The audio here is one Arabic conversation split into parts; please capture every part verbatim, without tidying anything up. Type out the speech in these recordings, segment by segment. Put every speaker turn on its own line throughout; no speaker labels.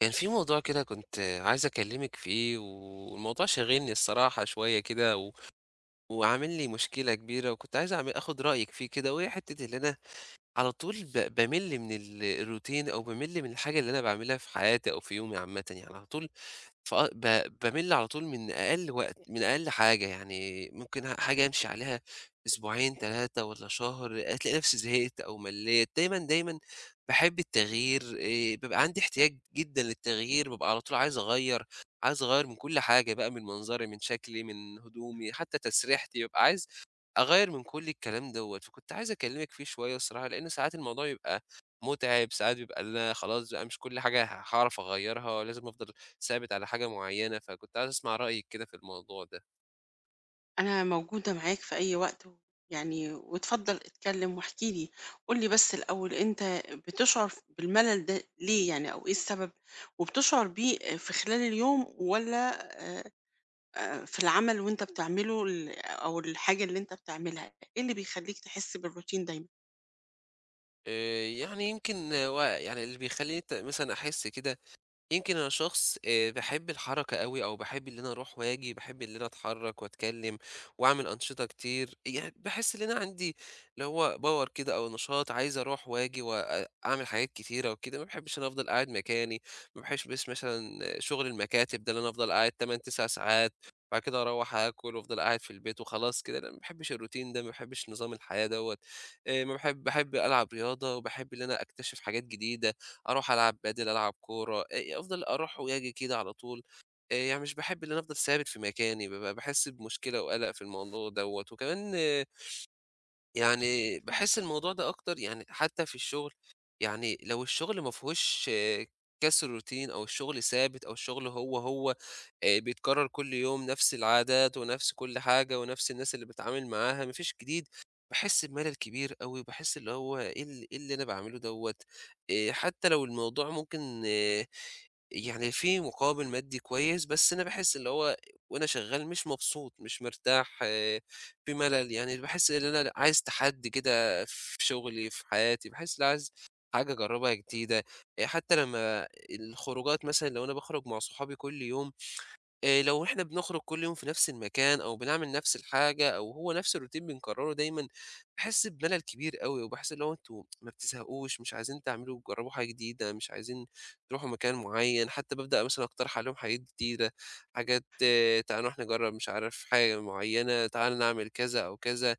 كان في موضوع كده كنت عايز أكلمِك فيه، والموضوع شاغلني الصراحة شوية كده، و وعامل لي مشكلة كبيرة، وكنت عايز أعم آخد رأيِك فيه كده، وهي حتّة اللي أنا على طول ب بامِل من ال الروتين أو بامِل من الحاجة اللي أنا باعملها في حياتي أو في يومي عامةً، يعني على طول. ف آه، ب بامِل على طول من أقل وقت من أقل حاجة، يعني ممكن ه حاجة أمشي عليها أسبوعين، 3 والّا شهر، ألاقي نفسي زهقت أو ملّيت. دايمًا، دايمًا باحب التغيير، آآ بيبقى عندي احتياج جدًا للتغيير، بابقى على طول عايز أغيّر، عايز أغيّر من كل حاجة بقى، من منظري، من شكلي، من هدومي، حتى تسريحتي، بابقى عايز أغيّر من كل الكلام دوّة. فكنت عايز أكلّمِك فيه شوية الصراحة، لإن ساعات الموضوع بيبقى مُتعب، ساعات بيبقى اللي أنا خلاص بقى مش كل حاجة ه هاعرف أغيّرها، لازم أفضل ثابت على حاجة معينة، فكنت عايز أسمع رأيِك كده في الموضوع ده.
أنا موجودة معاك في أي وقت و- يعني واتفضل اتكلم واحكي لي. قول لي بس الأول، أنت بتشعر بالملل ده ليه؟ يعني أو إيه السبب؟ وبتشعر بيه في خلال اليوم ولا؟ آه، آه، في العمل وأنت بتعمله ال- أو الحاجة اللي أنت بتعملها، إيه اللي بيخليك تحس بالروتين دايما؟
آآ يعني يمكن و يعني اللي بيخلّيني ت مثلًا أحس كده يمكن أنا شخص آآ باحب الحركة أوي أو باحب إن أنا أروح وآجي، باحب إن أنا أتحرّك وأتكلّم وأعمل أنشطة كتير، يعني باحس إن أنا عندي اللي هو power كده أو نشاط عايز أروح وآجي وأ أعمل حاجات كتيرة وكده، ما باحبش إن أنا أفضل قاعد مكاني، ما باحبش مثلًا شغل المكاتب ده اللي أنا أفضل قاعد 8، 9 ساعات وبعد كده أروّح آكل وأفضل قاعد في البيت وخلاص كده، لأ ما باحبش الروتين ده، ما باحبش نظام الحياة دوّة. آآ ما باحب باحب ألعب رياضة وباحب إن أنا أكتشف حاجات جديدة. أروح ألعب بادل، ألعب كورة، آآ يعني أفضل أروح وآجي كده على طول. آآ يعني مش باحب إن أنا أفضل ثابت في مكاني، بابقى باحس بمشكلة وقلق في الموضوع دوّة، وكمان آه، يعني باحس الموضوع ده أكتر يعني حتى في الشغل، يعني لو الشغل ما فيهوش آه، كسر روتين أو الشغل ثابت أو الشغل هو، هو آآ بيتكرر كل يوم نفس العادات ونفس كل حاجة ونفس الناس اللي باتعامل معاها، ما فيش جديد، باحس بملل كبير أوي، وباحس اللي هو إيه ال إيه اللي أنا باعمله دوّة. آآ حتى لو الموضوع ممكن آه، يعني فيه مقابل مادي كويس، بس أنا باحس اللي هو وأنا شغال مش مبسوط، مش مرتاح، آه، في ملل، يعني باحس إن أنا لأ، عايز تحدي كده في شغلي، في حياتي، باحس إن أنا عايز حاجة أجربها جديدة. آآ حتى لمّا الخروجات مثلًا لو أنا باخرج مع صحابي كل يوم، آآ لو إحنا بنخرج كل يوم في نفس المكان أو بنعمل نفس الحاجة أو هو نفس الروتين بنكرره دايمًا، باحس بملل كبير أوي، وباحس اللي هو أنتم ما بتزهقوش، مش عايزين تعملوا تجربوا حاجة جديدة، مش عايزين تروحوا مكان معين، حتى بابدأ مثلًا أقترح عليهم حاجات جديدة، حاجات، تعالَ نروح نجرب مش عارف حاجة معينة، تعالَ نعمل كذا أو كذا،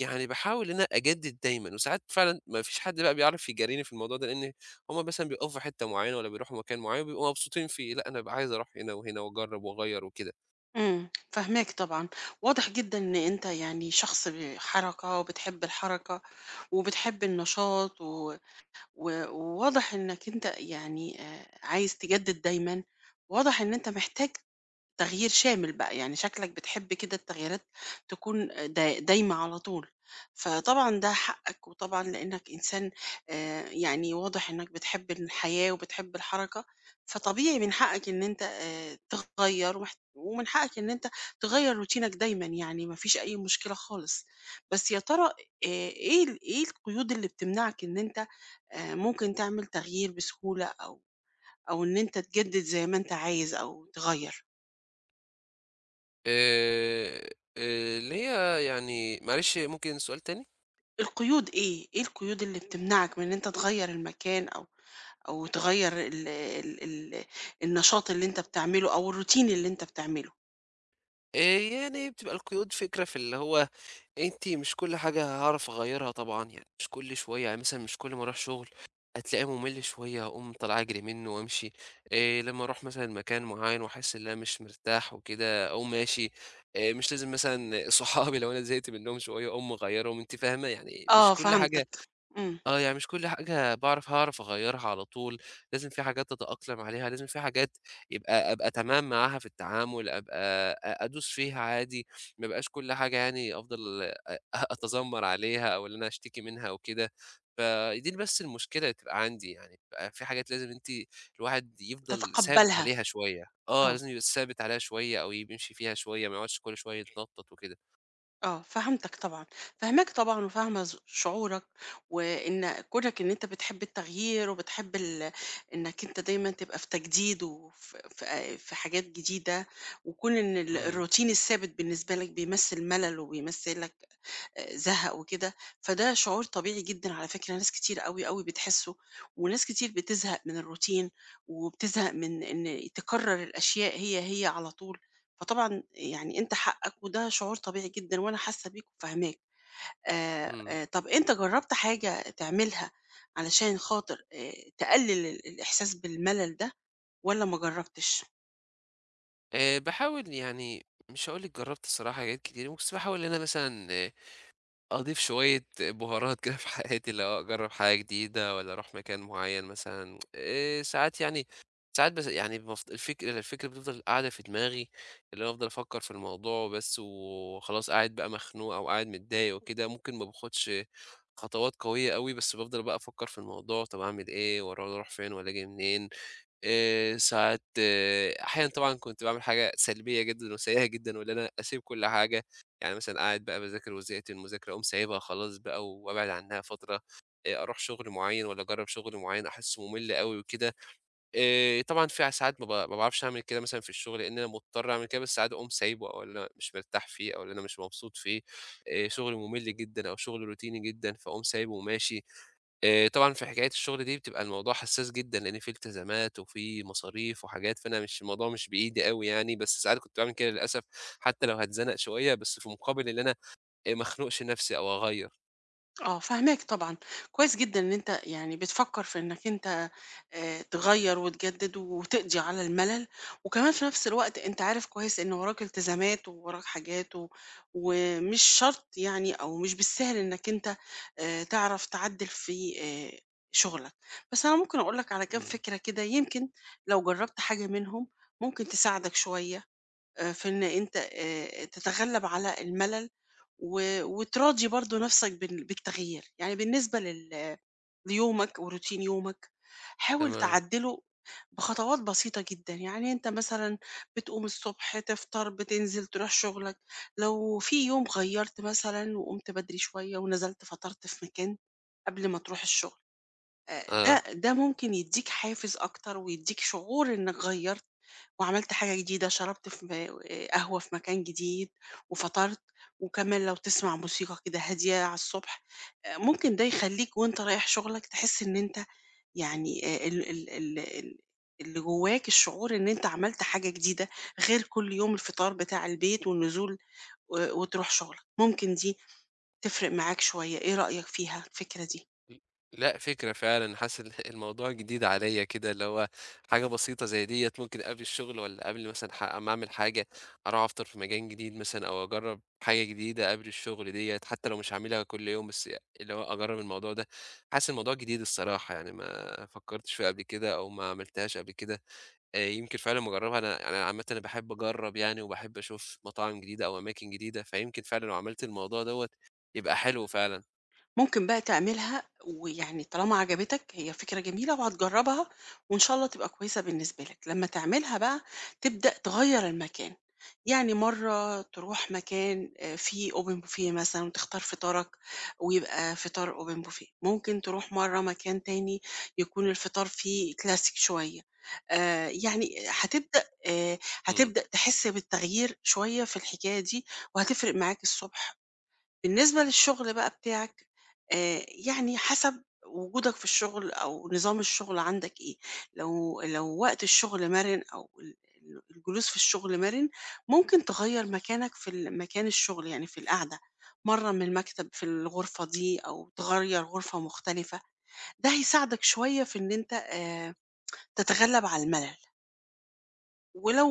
يعني باحاول إن أنا أجدد دايمًا، وساعات فعلًا ما فيش حد بقى بيعرف يجاريني في الموضوع ده، لإن هم مثلًا بيقفوا في حتة معينة والّا بيروحوا مكان معين وبيبقوا مبسوطين فيه، لأ أنا بابقى عايز أروح هنا وهنا وأجرب وأغيّر وكده.
امم فهماك طبعا. واضح جدا ان انت يعني شخص حركة، وبتحب الحركة وبتحب النشاط و- وواضح إنك أنت يعني آه، عايز تجدد دايما. واضح إن أنت محتاج تغيير شامل بقى. يعني شكلك بتحب كده التغييرات تكون دا دايمة على طول. فطبعًا ده حقك، وطبعًا لإنك إنسان آآ، يعني واضح إنك بتحب الحياة وبتحب الحركة. فطبيعي من حقك إن أنت آآ، تغيّر ومح ومن حقك إن أنت تغيّر روتينك دايمًا. يعني ما فيش أي مشكلة خالص. بس يا ترى آآ، إيه ال إيه القيود اللي بتمنعك إن أنت آآ، ممكن تعمل تغيير بسهولة، أو أو إن أنت تجدد زي ما أنت عايز أو تغيّر؟
آآ، اللي هي يعني معلش ممكن سؤال تاني؟
القيود إيه؟ إيه القيود اللي بتمنعك من إن أنت تغيّر المكان، أو أو تغيّر ال ال ال النشاط اللي أنت بتعمله، أو الروتين اللي أنت بتعمله؟
آآ، يعني بتبقى القيود فكرة في اللي هو أنتِ مش كل حاجة هاعرف أغيّرها طبعًا، يعني مش كل شوية يعني مثلًا مش كل ما أروح شغل هتلاقيه مُمِل شوية أقوم طالع أجري منه وأمشي. آآ لمّا أروح مثلًا مكان معيّن وأحس إن أنا مش مرتاح وكده أقوم ماشي. آآ مش لازم مثلًا صحابي لو أنا زهقت منّهم شوية أقوم مغيّرهم، أنتِ فاهمة؟ يعني مش
آه،
كل حاجة.
فهمتك. إمم.
آه، يعني مش كل حاجة باعرف هاعرف أغيّرها على طول، لازم في حاجات أتأقلم عليها، لازم في حاجات يبقى أبقى تمام معاها في التعامل، أبقى أ أدوس فيها عادي، ما يبقاش كل حاجة يعني أفضل أ أتذمّر عليها أو اللي أنا أشتكي منها أو كده. فدي بس المشكلة اللي بتبقى عندي يعني، بتبقى في حاجات لازم أنتِ، الواحد يفضل ثابت
تتقبّلها.
عليها شوية. آه،
آه،
لازم يبقى ثابت عليها شوية أو يمشي فيها شوية، ما يقعدش كل شوية يتنطّط وكده.
آه، فهمتك طبعًا. فاهماك طبعًا، وفاهمة ز شعورك، وإن كونك إن أنت بتحب التغيير، وبتحب ال إنك أنت دايمًا تبقى في تجديد وف في آآ في حاجات جديدة. وكون إن ال
إمم.
الروتين الثابت بالنسبة لك بيمثّل ملل وبيمثّل لك آآ زهق وكده. فده شعور طبيعي جدًا على فكرة، ناس كتير أوي، أوي بتحسه، وناس كتير بتزهق من الروتين، وبتزهق من إن تكرر الأشياء هي، هي على طول. فطبعًا يعني أنت حقك، وده شعور طبيعي جدًا، وأنا حاسة بيك وفاهماك. آآ،
إمم.
آآ، طب أنت جربت حاجة تعملها علشان خاطر آآ، تقلل ال الإحساس بالملل ده، والّا ما جربتش؟
آآ باحاول يعني مش هاقول لِك جرّبت الصراحة حاجات كتير، بس باحاول إن أنا مثلًا آه، أضيف شوية بهارات كده في حياتي، اللي هو أجرّب حاجة جديدة والّا أروح مكان معيّن مثلًا، آآ ساعات يعني، ساعات بس يعني بافض الفكرة الفكرة بتفضل قاعدة في دماغي، اللي هو أفضل أفكّر في الموضوع بس وخلاص قاعد بقى مخنوق أو قاعد متضايق وكده، ممكن ما باخدش خطوات قوية أوي، بس بافضل بقى أفكّر في الموضوع طَب أعمل إيه، والّا أروح فين والّا آجي منين؟ آآ ساعات، آه، أحيانًا طبعًا كنت باعمل حاجة سلبية جدًا وسيئة جدًا، واللي أنا أسيب كل حاجة، يعني مثلًا قاعد بقى باذاكر وزهقت من المذاكرة أقوم سايبها خلاص بقى وأبعد عنها فترة. آآ أروح شغل معيّن والّا أجرّب شغل معيّن أحسه مُمِل أوي وكده. آآ طبعًا في ساعات ما ب ما باعرفش أعمل كده مثلًا في الشغل لإن أنا مضطر أعمل كده، بس ساعات باقوم سايبه أو اللي أنا مش مرتاح فيه أو اللي أنا مش مبسوط فيه. آآ شغل مُمِل جدًا أو شغل روتيني جدًا فاقوم سايبه وماشي. آآ طبعًا في حكاية الشغل دي بتبقى الموضوع حساس جدًا، لإن في التزامات وفي مصاريف وحاجات، فأنا مش الموضوع مش بإيدي أوي يعني، بس ساعات كنت باعمل كده للأسف، حتى لو هاتزنق شوية، بس في مقابل إن أنا آآ ما اخنقش نفسي أو أغيّر.
آه، فاهماك طبعًا. كويس جدًا إن أنت يعني بتفكّر في إنك أنت آآ تغيّر وتجدّد وتقضي على الملل، وكمان في نفس الوقت أنت عارف كويس إن وراك التزامات ووراك حاجات و ومش شرط يعني، أو مش بالسهل إنك أنت آآ تعرف تعدّل في آآ شغلك. بس أنا ممكن أقول لك على كام
إمم،
فكرة كده، يمكن لو جرّبت حاجة منهم ممكن تساعدك شوية. آآ في إن أنت آآ تتغلّب على الملل، و وتراضي برضه نَفْسك بال بالتغيير. يعني بالنسبة لل ليومك وروتين يومك، حاول
تمام،
تعدّله بخطوات بسيطة جدًا. يعني أنت مثلًا بتقوم الصبح تفطر، بتنزل تروح شُغلك. لو في يوم غيّرت مثلًا وقُمت بدري شوية ونزلت فطرت في مكان قبل ما تروح الشُغل. آآ ده
آه.
ده ممكن يدّيك حافز أكتر، ويدّيك شعور إنّك غيّرت وعملت حاجة جديدة، شربت في م آآ قهوة في مكان جديد وفطرت. وكمان لو تسمع موسيقى كده هادية على الصبح، آآ ممكن ده يخلّيك وأنت رايح شغلك تحس إن أنت يعني آآ ال ال ال ال اللي جواك الشعور إن أنت عملت حاجة جديدة، غير كل يوم الفطار بتاع البيت والنزول و وتروح شغلك. ممكن دي تفرق معاك شوية. إيه رأيك فيها الفكرة دي؟
ل لأ، فكرة فعلًا، حاسس ال الموضوع جديد عليّا كده، اللي هو حاجة بسيطة زي ديّة ممكن قبل الشغل والّا قبل مثلًا ح أمّا أعمل حاجة، أروح أفطر في مكان جديد مثلًا أو أجرّب حاجة جديدة قبل الشغل ديّة، حتى لو مش هاعملها كل يوم، بس اللي هو أجرّب الموضوع ده. حاسس الموضوع جديد الصراحة، يعني ما فكّرتش فيه قبل كده أو ما عملتهاش قبل كده. آآ، يمكن فعلًا أمّا أجرّبها، أنا يعني أنا عامةً أنا باحب أجرّب يعني وباحب أشوف مطاعم جديدة أو أماكن جديدة، فيمكن فعلًا لو عملت الموضوع دوّة يبقى حلو فعلًا.
ممكن بقى تعملها، ويعني طالما عجبتك هي فكرة جميلة وهتجربها، وإن شاء الله تبقى كويسة بالنسبة لك. لما تعملها بقى تبدأ تغير المكان، يعني مرة تروح مكان آه، فيه اوبن بوفيه مثلا وتختار فطارك، ويبقى فطار اوبن بوفيه. ممكن تروح مرة مكان تاني يكون الفطار فيه كلاسيك شوية. آه، يعني هتبدأ آه،
إمم.
هتبدأ تحس بالتغيير شوية في الحكاية دي، وهتفرق معاك الصبح. بالنسبة للشغل بقى بتاعك، آآ يعني حسب وجودك في الشغل، أو نظام الشغل عندك إيه. لو لو وقت الشغل مَرِن، أو ال ال الجلوس في الشغل مَرِن، ممكن تغيّر مكانك في ال مكان الشغل، يعني في القعدة، مرّة من المكتب في الغرفة دي، أو تغيّر غرفة مختلفة. ده هيساعدك شوية في إن أنت آآ تتغلب على الملل. ولو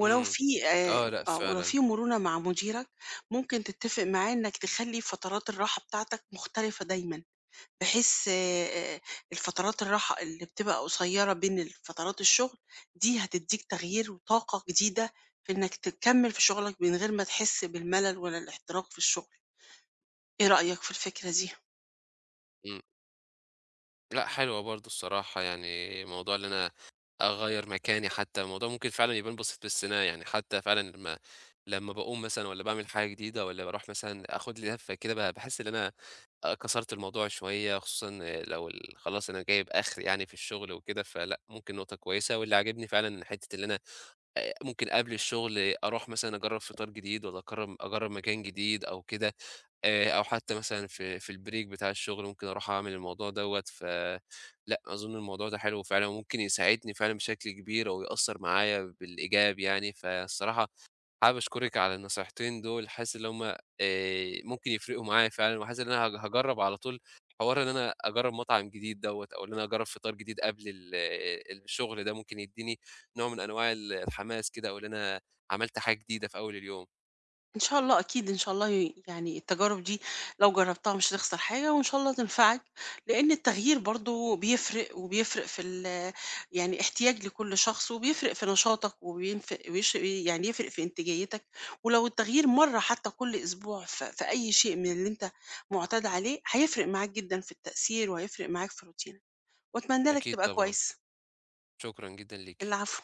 ولو
إمم.
في آآ
آه، لأ
آه، ولو
فعلًا.
في مرونة مع مديرك، ممكن تتّفق معاه إنك تخلّي فترات الراحة بتاعتك مختلفة دايمًا، بحيث آآ الفترات الراحة اللي بتبقى قصيّرة بين الفترات الشغل، دي هتدّيك تغيير وطاقة جديدة في إنك تكمّل في شغلك من غير ما تحس بالملل ولا الاحتراق في الشغل. إيه رأيك في الفكرة دي؟
إمم، لأ حلوة برضه الصراحة، يعني موضوع اللي أنا أغيّر مكاني حتى، الموضوع ممكن فعلًا يبان بسيط بس أنا يعني حتى فعلًا لمّا لمّا باقوم مثلًا والّا باعمل حاجة جديدة والّا باروح مثلًا آخُد لي لفّة كده ب باحس إن أنا آآ، كسرت الموضوع شوية، خصوصًا لو ال خلاص أنا جايب آخري يعني في الشغل وكده، فلأ ممكن نقطة كويسة، واللي عاجبني فعلًا حتّة اللي أنا آآ، ممكن قبل الشغل أروح مثلًا أجرّب فطار جديد والّا أقرّب أجرّب مكان جديد أو كده. آآ أو حتى مثلًا في في الbreak بتاع الشغل ممكن أروح أعمل الموضوع دوّة، فلأ أظن الموضوع ده حلو فعلًا وممكن يساعدني فعلًا بشكل كبير أو يأثّر معايا بالإيجاب يعني، فالصراحة حابب أشكرِك على النصيحتين دول، حاسس إن هم آآ ممكن يفرقوا معايا فعلًا وحاسس إن أنا هاج هاجرّب على طول حوار إن أنا أجرّب مطعم جديد دوّة أو إن أنا أجرّب فطار جديد قبل ال الشغل ده ممكن يدّيني نوع من أنواع ال الحماس كده أو إن أنا عملت حاجة جديدة في أول اليوم.
إن شاء الله أكيد، إن شاء الله ي يعني التجارب دي لو جربتها مش هتخسر حاجة، وإن شاء الله تنفعك. لإن التغيير برضه بيفرق، وبيفرق في ال يعني احتياج لكل شخص، وبيفرق في نشاطك، وبينفق ويش يعني يفرق في إنتاجيتك. ولو التغيير مرّة حتى كل أسبوع ف في أي شيء من اللي أنت معتاد عليه، هيفرق معاك جدًا في التأثير، وهيفرق معاك في روتينك. وأتمنى لك
أكيد
تبقى
طبعًا،
كويس.
شكرًا جدًا ليكِ.
العفو.